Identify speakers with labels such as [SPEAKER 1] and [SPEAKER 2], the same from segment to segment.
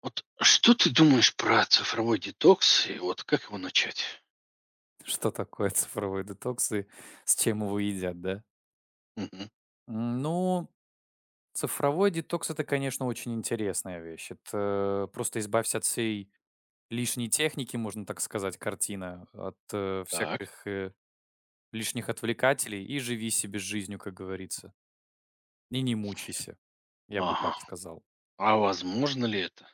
[SPEAKER 1] Вот что ты думаешь про цифровой детокс и вот как его начать?
[SPEAKER 2] Что такое цифровой детокс и с чем его едят, да?
[SPEAKER 1] Мгм.
[SPEAKER 2] Ну, цифровой детокс это, конечно, очень интересная вещь. Это просто избавься от всей лишней техники, можно так сказать, картина, от
[SPEAKER 1] Так.
[SPEAKER 2] всяких лишних отвлекателей и живи себе жизнью, как говорится. И не мучайся, я бы
[SPEAKER 1] Ага.
[SPEAKER 2] так сказал.
[SPEAKER 1] А возможно ли это?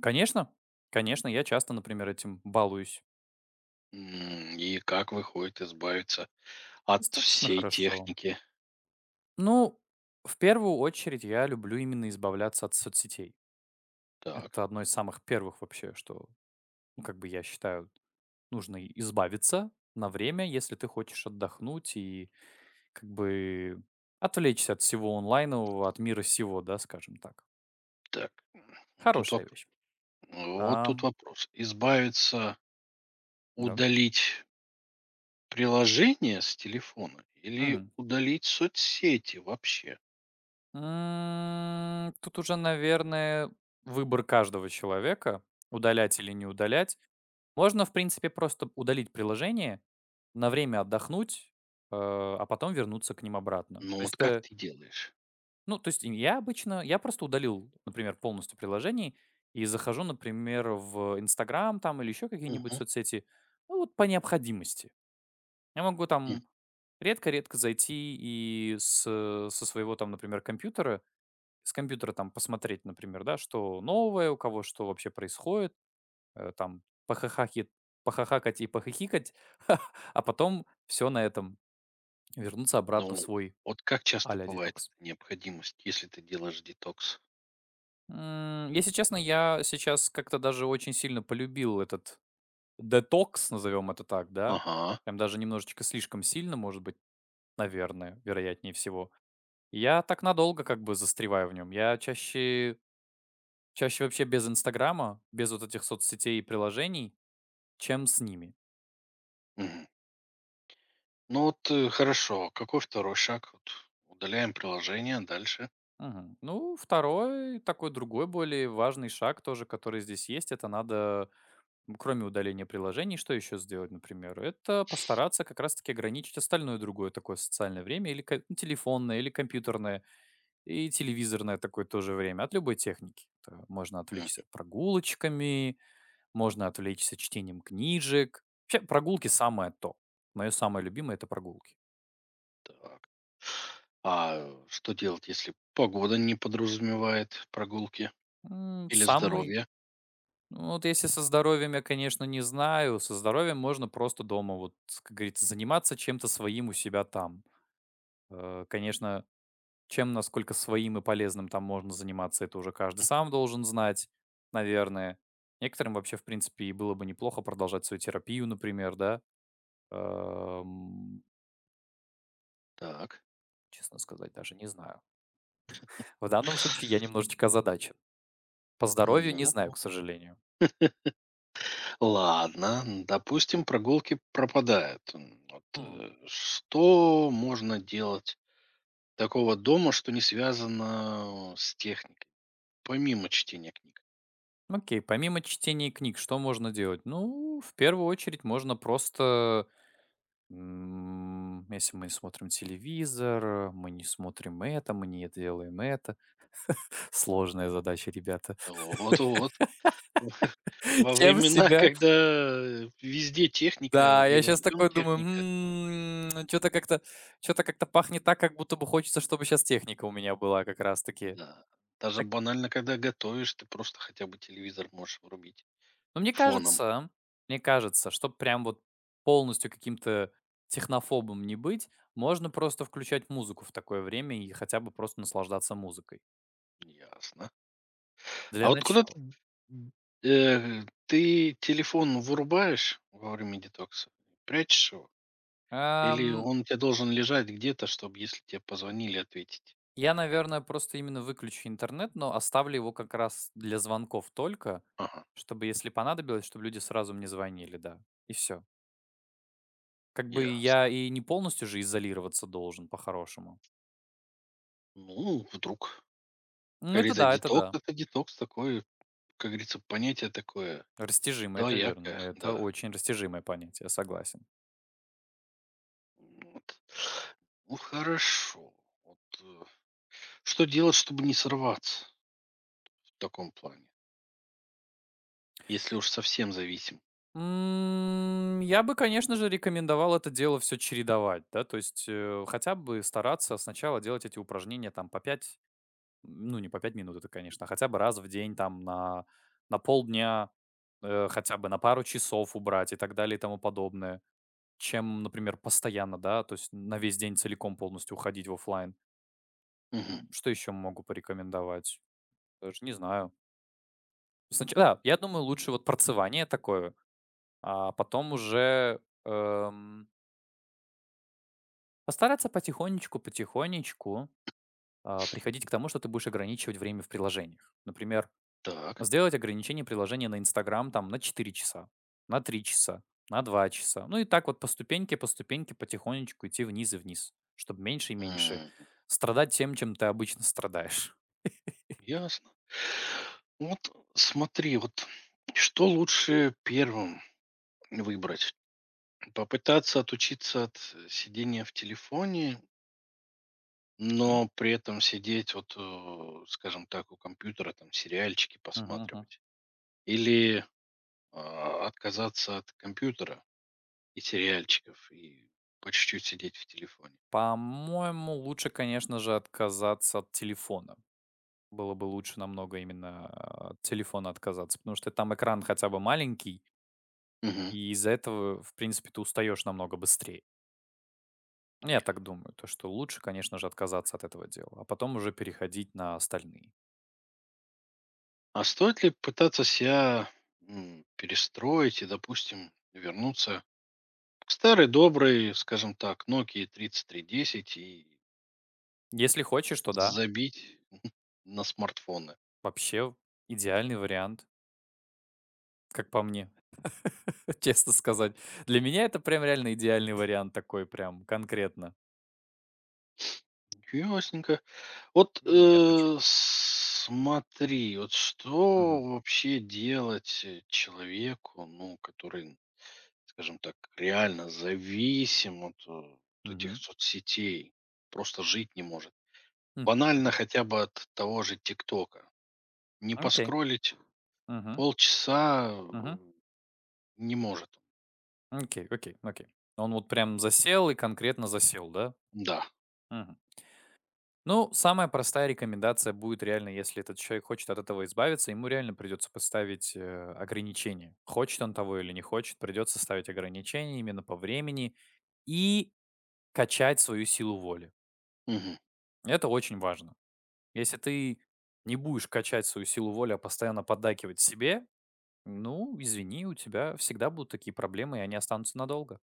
[SPEAKER 2] Конечно, конечно, я часто, например, этим балуюсь.
[SPEAKER 1] И как выходит избавиться от
[SPEAKER 2] Достаточно
[SPEAKER 1] всей
[SPEAKER 2] хорошо.
[SPEAKER 1] техники?
[SPEAKER 2] Ну, в первую очередь я люблю именно избавляться от соцсетей.
[SPEAKER 1] Так,
[SPEAKER 2] Это одно из самых первых вообще, что, ну, как бы я считаю, нужно и избавиться на время, если ты хочешь отдохнуть и как бы отвлечься от всего онлайнового, от мира сего, да, скажем так.
[SPEAKER 1] так. Тут
[SPEAKER 2] Хорошая
[SPEAKER 1] воп-
[SPEAKER 2] вещь.
[SPEAKER 1] вот тут
[SPEAKER 2] Ам,
[SPEAKER 1] вопрос. Избавиться,
[SPEAKER 2] да.
[SPEAKER 1] удалить приложение с телефона или
[SPEAKER 2] Мгм.
[SPEAKER 1] удалить соцсети вообще?
[SPEAKER 2] Тут уже, наверное, выбор каждого человека, удалять или не удалять. Можно, в принципе, просто удалить приложение, на время отдохнуть, а потом вернуться к ним обратно.
[SPEAKER 1] Ну
[SPEAKER 2] То
[SPEAKER 1] вот
[SPEAKER 2] есть
[SPEAKER 1] как
[SPEAKER 2] ты
[SPEAKER 1] ты делаешь?
[SPEAKER 2] Ну, то есть, я обычно я просто удалил, например, полностью приложений и захожу, например, в "Инстаграм" там или еще какие-нибудь
[SPEAKER 1] Мгм.
[SPEAKER 2] соцсети, ну, вот по необходимости. Я могу
[SPEAKER 1] М.
[SPEAKER 2] там редко-редко зайти и с со своего там, например, компьютера, с компьютера там посмотреть, например, да, что новое, у кого что вообще происходит, там похахахи похахакать и похихикать, а потом все на этом вернуться обратно в
[SPEAKER 1] Ну
[SPEAKER 2] свой
[SPEAKER 1] вот как часто
[SPEAKER 2] а-ля
[SPEAKER 1] бывает
[SPEAKER 2] детокс.
[SPEAKER 1] эта необходимость, если ты делаешь детокс?
[SPEAKER 2] Если честно, я сейчас как-то даже очень сильно полюбил этот детокс, назовем это так, да.
[SPEAKER 1] Ага.
[SPEAKER 2] Прям даже немножечко слишком сильно, может быть, наверное, вероятнее всего. И я так надолго как бы застреваю в нем. Я чаще, чаще вообще без Инстаграма, без вот этих соцсетей и приложений, чем с ними.
[SPEAKER 1] Мгм. Ну вот, хорошо. Какой второй шаг? Вот удаляем приложение, дальше.
[SPEAKER 2] Мгм. Ну, второй, такой другой более важный шаг тоже, который здесь есть, кроме удаления приложений, что еще сделать, например? Это постараться как раз-таки ограничить остальное другое такое социальное время, или ну, телефонное, или компьютерное, и телевизорное такое тоже время, от любой техники. То Можно
[SPEAKER 1] М,
[SPEAKER 2] отвлечься прогулочками, можно отвлечься чтением книжек. Вообще, прогулки самое то. Мое самое любимое— это прогулки.
[SPEAKER 1] так. А что делать, если погода не подразумевает прогулки
[SPEAKER 2] М,
[SPEAKER 1] или
[SPEAKER 2] Самый...
[SPEAKER 1] здоровье?
[SPEAKER 2] ну, вот если со здоровьем я, конечно, не знаю. Со здоровьем можно просто дома, вот, как говорится, заниматься чем-то своим у себя там. Конечно, чем, насколько своим и полезным там можно заниматься, это уже каждый сам должен знать, наверное. Некоторым вообще, в принципе, и было бы неплохо продолжать свою терапию, например, да. Эм,
[SPEAKER 1] Так.
[SPEAKER 2] Честно сказать, даже не знаю. В данном случае я немножечко озадачен. По здоровью не
[SPEAKER 1] Ну,
[SPEAKER 2] знаю,
[SPEAKER 1] ну,
[SPEAKER 2] к сожалению.
[SPEAKER 1] ладно, допустим, прогулки пропадают. Вот,
[SPEAKER 2] М,
[SPEAKER 1] что можно делать такого дома, что не связано с техникой, помимо чтения книг?
[SPEAKER 2] Окей, помимо чтения книг, что можно делать? Ну, в первую очередь можно просто, если мы смотрим телевизор, мы не смотрим это, мы не делаем это. Сложная задача, ребята.
[SPEAKER 1] Вот-вот. Во
[SPEAKER 2] Чем
[SPEAKER 1] времена,
[SPEAKER 2] себя
[SPEAKER 1] когда везде техника
[SPEAKER 2] Да,
[SPEAKER 1] и
[SPEAKER 2] я
[SPEAKER 1] во
[SPEAKER 2] сейчас
[SPEAKER 1] всем
[SPEAKER 2] такой думаю,
[SPEAKER 1] техника.
[SPEAKER 2] что то как-то пахнет так, как будто бы хочется, чтобы сейчас техника у меня была как раз таки.
[SPEAKER 1] Да. Даже
[SPEAKER 2] Так,
[SPEAKER 1] банально, когда готовишь, ты просто хотя бы телевизор можешь врубить
[SPEAKER 2] ну, мне
[SPEAKER 1] фоном.
[SPEAKER 2] кажется мне кажется, чтобы прям вот полностью каким-то технофобом не быть, можно просто включать музыку в такое время и хотя бы просто наслаждаться музыкой
[SPEAKER 1] Ясно. А
[SPEAKER 2] для
[SPEAKER 1] вот куда
[SPEAKER 2] начала.
[SPEAKER 1] м, ты телефон вырубаешь во время детокса? Прячешь его? Или он у тя должен лежать где-то, чтобы, если тебе позвонили, ответить?
[SPEAKER 2] Я, наверное, просто именно выключу интернет, но оставлю его как раз для звонков только,
[SPEAKER 1] Ага,
[SPEAKER 2] чтобы, если понадобилось, чтобы люди сразу мне звонили, да. И все. Как бы я
[SPEAKER 1] ясно.
[SPEAKER 2] и не полностью же изолироваться должен, по-хорошему.
[SPEAKER 1] Ну, вдруг.
[SPEAKER 2] Ну,
[SPEAKER 1] Как
[SPEAKER 2] это
[SPEAKER 1] говорится,
[SPEAKER 2] да, это
[SPEAKER 1] детокс —
[SPEAKER 2] да.
[SPEAKER 1] это детокс такой, как говорится, понятие такое
[SPEAKER 2] Растяжимое, это верно.
[SPEAKER 1] двоякое,
[SPEAKER 2] Это
[SPEAKER 1] да.
[SPEAKER 2] очень растяжимое понятие, я согласен.
[SPEAKER 1] Вот. Ну, хорошо. Вот, что делать, чтобы не сорваться в таком плане, если уж совсем зависим?
[SPEAKER 2] Я бы, конечно же, рекомендовал это дело все чередовать, да, то есть хотя бы стараться сначала делать эти упражнения там по пять. Ну, не по 5 минут, это, конечно, а хотя бы раз в день, там, на полдня, хотя бы на пару часов убрать и так далее, и тому подобное. Чем, например, постоянно, да, то есть на весь день целиком полностью уходить в оффлайн.
[SPEAKER 1] Мгм.
[SPEAKER 2] Что еще могу порекомендовать? Даже не знаю. Я думаю, лучше вот процевание такое, а потом уже, постараться потихонечку потихонечку, приходить к тому, что ты будешь ограничивать время в приложениях. Например,
[SPEAKER 1] Так.
[SPEAKER 2] сделать ограничение приложения на Инстаграм там на 4 часа, на 3 часа, на 2 часа. Ну и так вот по ступеньке потихонечку идти вниз и вниз, чтобы меньше и меньше
[SPEAKER 1] М,
[SPEAKER 2] страдать тем, чем ты обычно страдаешь.
[SPEAKER 1] ясно. Вот смотри, вот что лучше первым выбрать? Попытаться отучиться от сидения в телефоне,
[SPEAKER 2] М.
[SPEAKER 1] но при этом сидеть, вот, скажем так, у компьютера, там, сериальчики
[SPEAKER 2] Мгм, мгм.
[SPEAKER 1] посматривать. Или отказаться от компьютера, и сериальчиков, и по чуть-чуть сидеть в телефоне.
[SPEAKER 2] По-моему, лучше, конечно же, отказаться от телефона. Было бы лучше намного именно от телефона отказаться, потому что там экран хотя бы маленький,
[SPEAKER 1] Мгм.
[SPEAKER 2] и из-за этого, в принципе, ты устаешь намного быстрее. Ну, я
[SPEAKER 1] Неа.
[SPEAKER 2] так думаю, то что лучше, конечно же, отказаться от этого дела, а потом уже переходить на остальные.
[SPEAKER 1] А стоит ли пытаться себя, перестроить и, допустим, вернуться к старой доброй, скажем так, Nokia 3310 и
[SPEAKER 2] Если хочешь, то да,
[SPEAKER 1] забить на смартфоны?
[SPEAKER 2] вообще идеальный вариант, как по мне, честно сказать. Для меня это прям реально идеальный вариант такой прям конкретно.
[SPEAKER 1] Ясненько. Вот,
[SPEAKER 2] Не-не, я шучу.
[SPEAKER 1] смотри, вот что
[SPEAKER 2] Мгм.
[SPEAKER 1] вообще делать, человеку, ну, который, скажем так, реально зависим от этих
[SPEAKER 2] Мгм.
[SPEAKER 1] соцсетей, просто жить не может.
[SPEAKER 2] М,
[SPEAKER 1] Банально
[SPEAKER 2] Мгм.
[SPEAKER 1] хотя бы от того же ТикТока. Не
[SPEAKER 2] Окей.
[SPEAKER 1] поскролить
[SPEAKER 2] Мгм.
[SPEAKER 1] полчаса
[SPEAKER 2] Мгм.
[SPEAKER 1] э, не может.
[SPEAKER 2] Окей, окей, окей. Он вот прям засел и конкретно засел, да?
[SPEAKER 1] Да.
[SPEAKER 2] Ну, самая простая рекомендация будет реально, если этот человек хочет от этого избавиться, ему реально придется поставить ограничения. Хочет он того или не хочет, придется ставить ограничения именно по времени и качать свою силу воли.
[SPEAKER 1] Мгм.
[SPEAKER 2] Это очень важно. Если ты не будешь качать свою силу воли, а постоянно поддакивать себе, ну, извини, у тебя всегда будут такие проблемы, и они останутся надолго.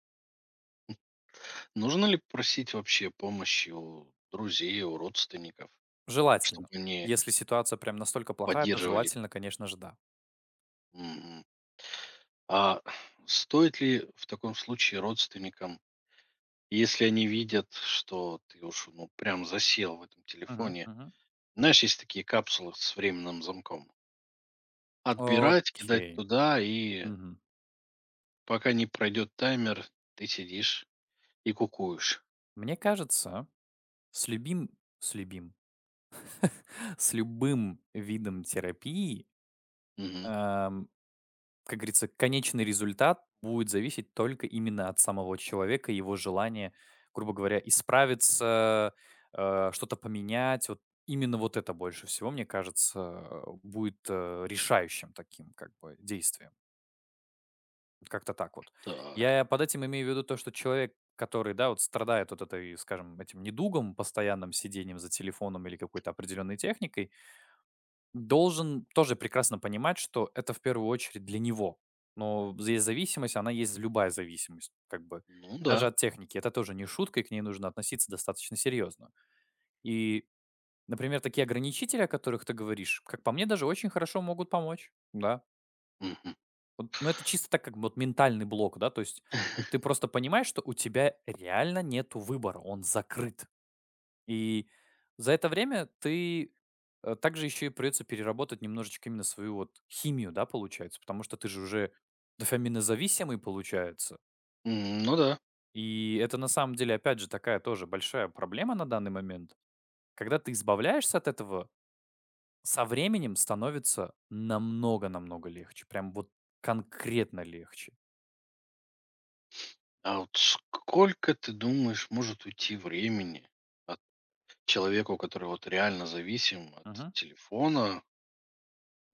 [SPEAKER 1] Нужно ли просить вообще помощи у друзей, у родственников, чтобы
[SPEAKER 2] Желательно.
[SPEAKER 1] они
[SPEAKER 2] Если ситуация прям настолько плохая, то
[SPEAKER 1] поддерживали?
[SPEAKER 2] желательно, конечно же, да.
[SPEAKER 1] Мгм. А стоит ли в таком случае родственникам, если они видят, что ты уж ну прям засел в этом
[SPEAKER 2] Мгм,
[SPEAKER 1] телефоне...
[SPEAKER 2] мгм.
[SPEAKER 1] Знаешь, есть такие капсулы с временным замком. Отбирать, кидать
[SPEAKER 2] Окей.
[SPEAKER 1] туда, и
[SPEAKER 2] Мгм.
[SPEAKER 1] пока не пройдет таймер, ты сидишь и кукуешь.
[SPEAKER 2] Мне кажется, с любим с любим, с любым видом терапии,
[SPEAKER 1] Мгм.
[SPEAKER 2] ам, как говорится, конечный результат будет зависеть только именно от самого человека, его желания, грубо говоря, исправиться, что-то поменять. Вот именно вот это больше всего, мне кажется, будет, решающим таким как бы действием. Как-то так вот.
[SPEAKER 1] Так.
[SPEAKER 2] Я под этим имею в виду то, что человек, который, да, вот страдает вот этой, скажем, этим недугом, постоянным сидением за телефоном или какой-то определенной техникой, должен тоже прекрасно понимать, что это в первую очередь для него. Но здесь зависимость, она есть любая зависимость, как бы.
[SPEAKER 1] Ну
[SPEAKER 2] Даже
[SPEAKER 1] да.
[SPEAKER 2] от техники. Это тоже не шутка, и к ней нужно относиться достаточно серьезно. И, например, такие ограничители, о которых ты говоришь, как по мне, даже очень хорошо могут помочь. Да,
[SPEAKER 1] Мгм.
[SPEAKER 2] вот, ну, это чисто так, как бы вот ментальный блок, да, то есть ты просто понимаешь, что у тебя реально нету выбора, он закрыт. И за это время ты также еще и придется переработать немножечко именно свою вот химию, да, получается, потому что ты же уже дофаминозависимый получается.
[SPEAKER 1] Ну да.
[SPEAKER 2] И это на самом деле, опять же, такая тоже большая проблема на данный момент. Когда ты избавляешься от этого, со временем становится намного-намного легче. Прям вот конкретно легче.
[SPEAKER 1] А вот сколько, ты думаешь, может уйти времени от человеку, который вот реально зависим от телефона?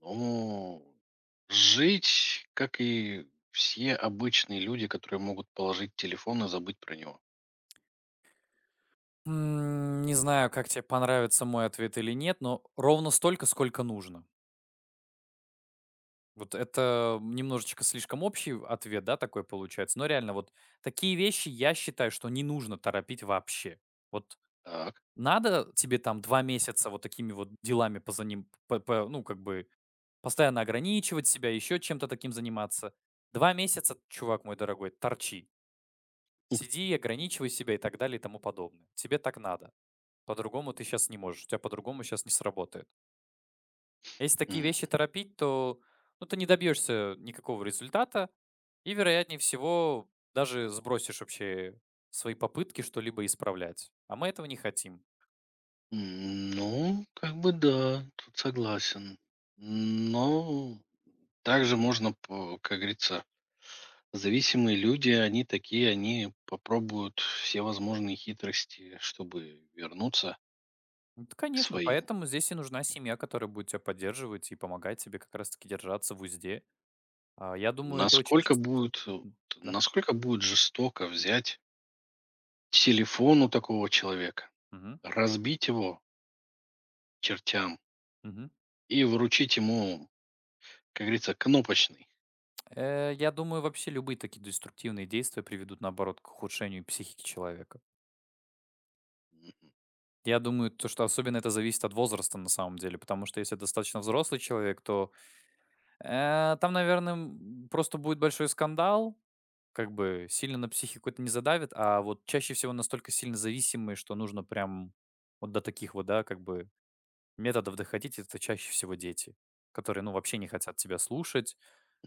[SPEAKER 1] Ну, жить, как и все обычные люди, которые могут положить телефон и забыть про него.
[SPEAKER 2] Не знаю, как тебе понравится мой ответ или нет, но ровно столько, сколько нужно. Вот это немножечко слишком общий ответ, да, такой получается. Но реально, вот такие вещи я считаю, что не нужно торопить вообще. Вот
[SPEAKER 1] Так.
[SPEAKER 2] надо тебе там 2 месяца вот такими вот делами по ним, п п ну, как бы постоянно ограничивать себя, еще чем-то таким заниматься. 2 месяца, чувак мой дорогой, торчи.
[SPEAKER 1] Хм.
[SPEAKER 2] Сиди, ограничивай себя и так далее и тому подобное. Тебе так надо. По-другому ты сейчас не можешь, у тебя по-другому сейчас не сработает. Если такие
[SPEAKER 1] Мгм.
[SPEAKER 2] вещи торопить, то, ну, ты не добьешься никакого результата и, вероятнее всего, даже сбросишь вообще свои попытки что-либо исправлять. А мы этого не хотим.
[SPEAKER 1] Ну, как бы да, тут согласен. Но также можно, как говорится, зависимые люди, они такие, они попробуют все возможные хитрости, чтобы вернуться
[SPEAKER 2] Ну т
[SPEAKER 1] к
[SPEAKER 2] конечно,
[SPEAKER 1] своим.
[SPEAKER 2] поэтому здесь и нужна семья, которая будет тебя поддерживать и помогать тебе как раз таки держаться в узде. Я думаю, это очень
[SPEAKER 1] Насколько
[SPEAKER 2] часто.
[SPEAKER 1] будет,
[SPEAKER 2] М, да.
[SPEAKER 1] жестоко взять телефон у такого человека,
[SPEAKER 2] Мгм.
[SPEAKER 1] разбить его к чертям
[SPEAKER 2] Мгм.
[SPEAKER 1] и вручить ему, как говорится, кнопочный.
[SPEAKER 2] Я думаю, вообще любые такие деструктивные действия приведут, наоборот, к ухудшению психики человека.
[SPEAKER 1] М.
[SPEAKER 2] Я думаю, то, что особенно это зависит от возраста на самом деле, потому что если достаточно взрослый человек, то, там, наверное, просто будет большой скандал, как бы сильно на психику это не задавит, а вот чаще всего настолько сильно зависимые, что нужно прям вот до таких вот, да, как бы методов доходить, это чаще всего дети, которые, ну, вообще не хотят тебя слушать,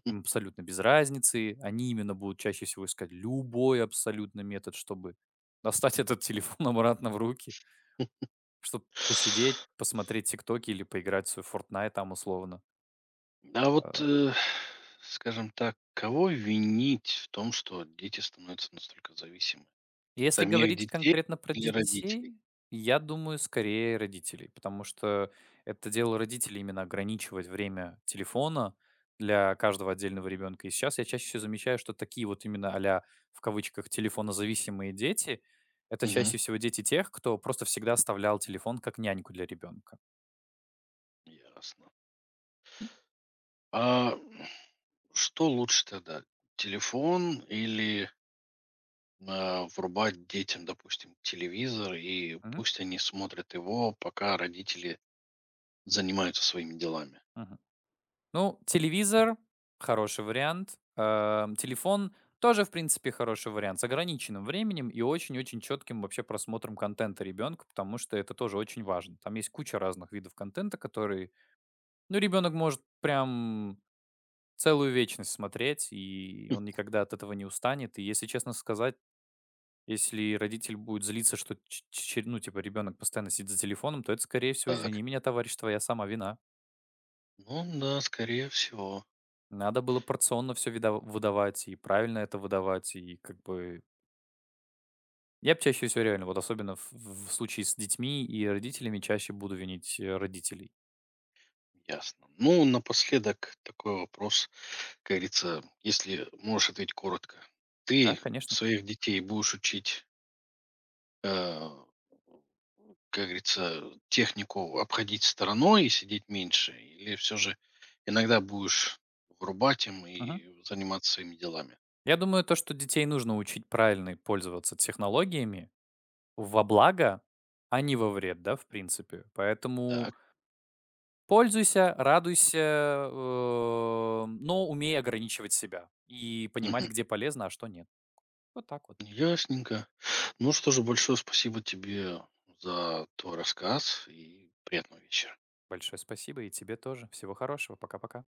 [SPEAKER 2] им абсолютно без разницы, они именно будут чаще всего искать любой абсолютно метод, чтобы достать этот телефон обратно в руки, чтобы посидеть, посмотреть "ТикТоки" или поиграть в свой Fortnite там условно.
[SPEAKER 1] А вот,
[SPEAKER 2] А,
[SPEAKER 1] скажем так, кого винить в том, что дети становятся настолько зависимы?
[SPEAKER 2] Если
[SPEAKER 1] Самих
[SPEAKER 2] говорить
[SPEAKER 1] детей
[SPEAKER 2] конкретно про
[SPEAKER 1] или
[SPEAKER 2] детей,
[SPEAKER 1] родителей?
[SPEAKER 2] я думаю, скорее родителей, потому что это дело родителей именно ограничивать время телефона для каждого отдельного ребенка. И сейчас я чаще всего замечаю, что такие вот именно в кавычках, "телефонозависимые дети"- это
[SPEAKER 1] Мгм.
[SPEAKER 2] чаще всего дети тех, кто просто всегда оставлял телефон как няньку для ребенка.
[SPEAKER 1] Ясно. А что лучше тогда? Телефон или врубать детям, допустим, телевизор, и
[SPEAKER 2] Мгм.
[SPEAKER 1] пусть они смотрят его, пока родители занимаются своими делами?
[SPEAKER 2] Мгм. Ну, телевизор- хороший вариант. Телефон- тоже, в принципе, хороший вариант. С ограниченным временем и очень-очень четким вообще просмотром контента ребенка, потому что это тоже очень важно. Там есть куча разных видов контента, которые, ну, ребенок может прям целую вечность смотреть, и он
[SPEAKER 1] Хм,
[SPEAKER 2] никогда от этого не устанет. И если честно сказать, если родитель будет злиться, что, ну, типа, ребенок постоянно сидит за телефоном, то это, скорее всего,
[SPEAKER 1] так.
[SPEAKER 2] извини меня, товарищ, твоя сама вина.
[SPEAKER 1] Ну да, скорее всего.
[SPEAKER 2] Надо было порционно все выдавать и правильно это выдавать, и как бы я б чаще всего реально, вот особенно в случае с детьми и родителями, чаще буду винить, родителей.
[SPEAKER 1] Ясно. Ну, напоследок такой вопрос. Как говорится, если можешь ответить коротко.
[SPEAKER 2] Да?
[SPEAKER 1] Ты
[SPEAKER 2] Конечно.
[SPEAKER 1] своих детей будешь учить, э, как говорится, технику обходить стороной и сидеть меньше? Или все же иногда будешь врубать им
[SPEAKER 2] Мгм.
[SPEAKER 1] и заниматься своими делами?
[SPEAKER 2] Я думаю, то, что детей нужно учить правильно пользоваться технологиями во благо, а не во вред, да, в принципе. Поэтому
[SPEAKER 1] Так.
[SPEAKER 2] пользуйся, радуйся, но умей ограничивать себя и понимать,
[SPEAKER 1] Мгм.
[SPEAKER 2] где полезно, а что нет. Вот так вот.
[SPEAKER 1] Ясненько. Ну что же, большое спасибо тебе за твой рассказ и приятного вечера.
[SPEAKER 2] Большое спасибо и тебе тоже. Всего хорошего. Пока-пока.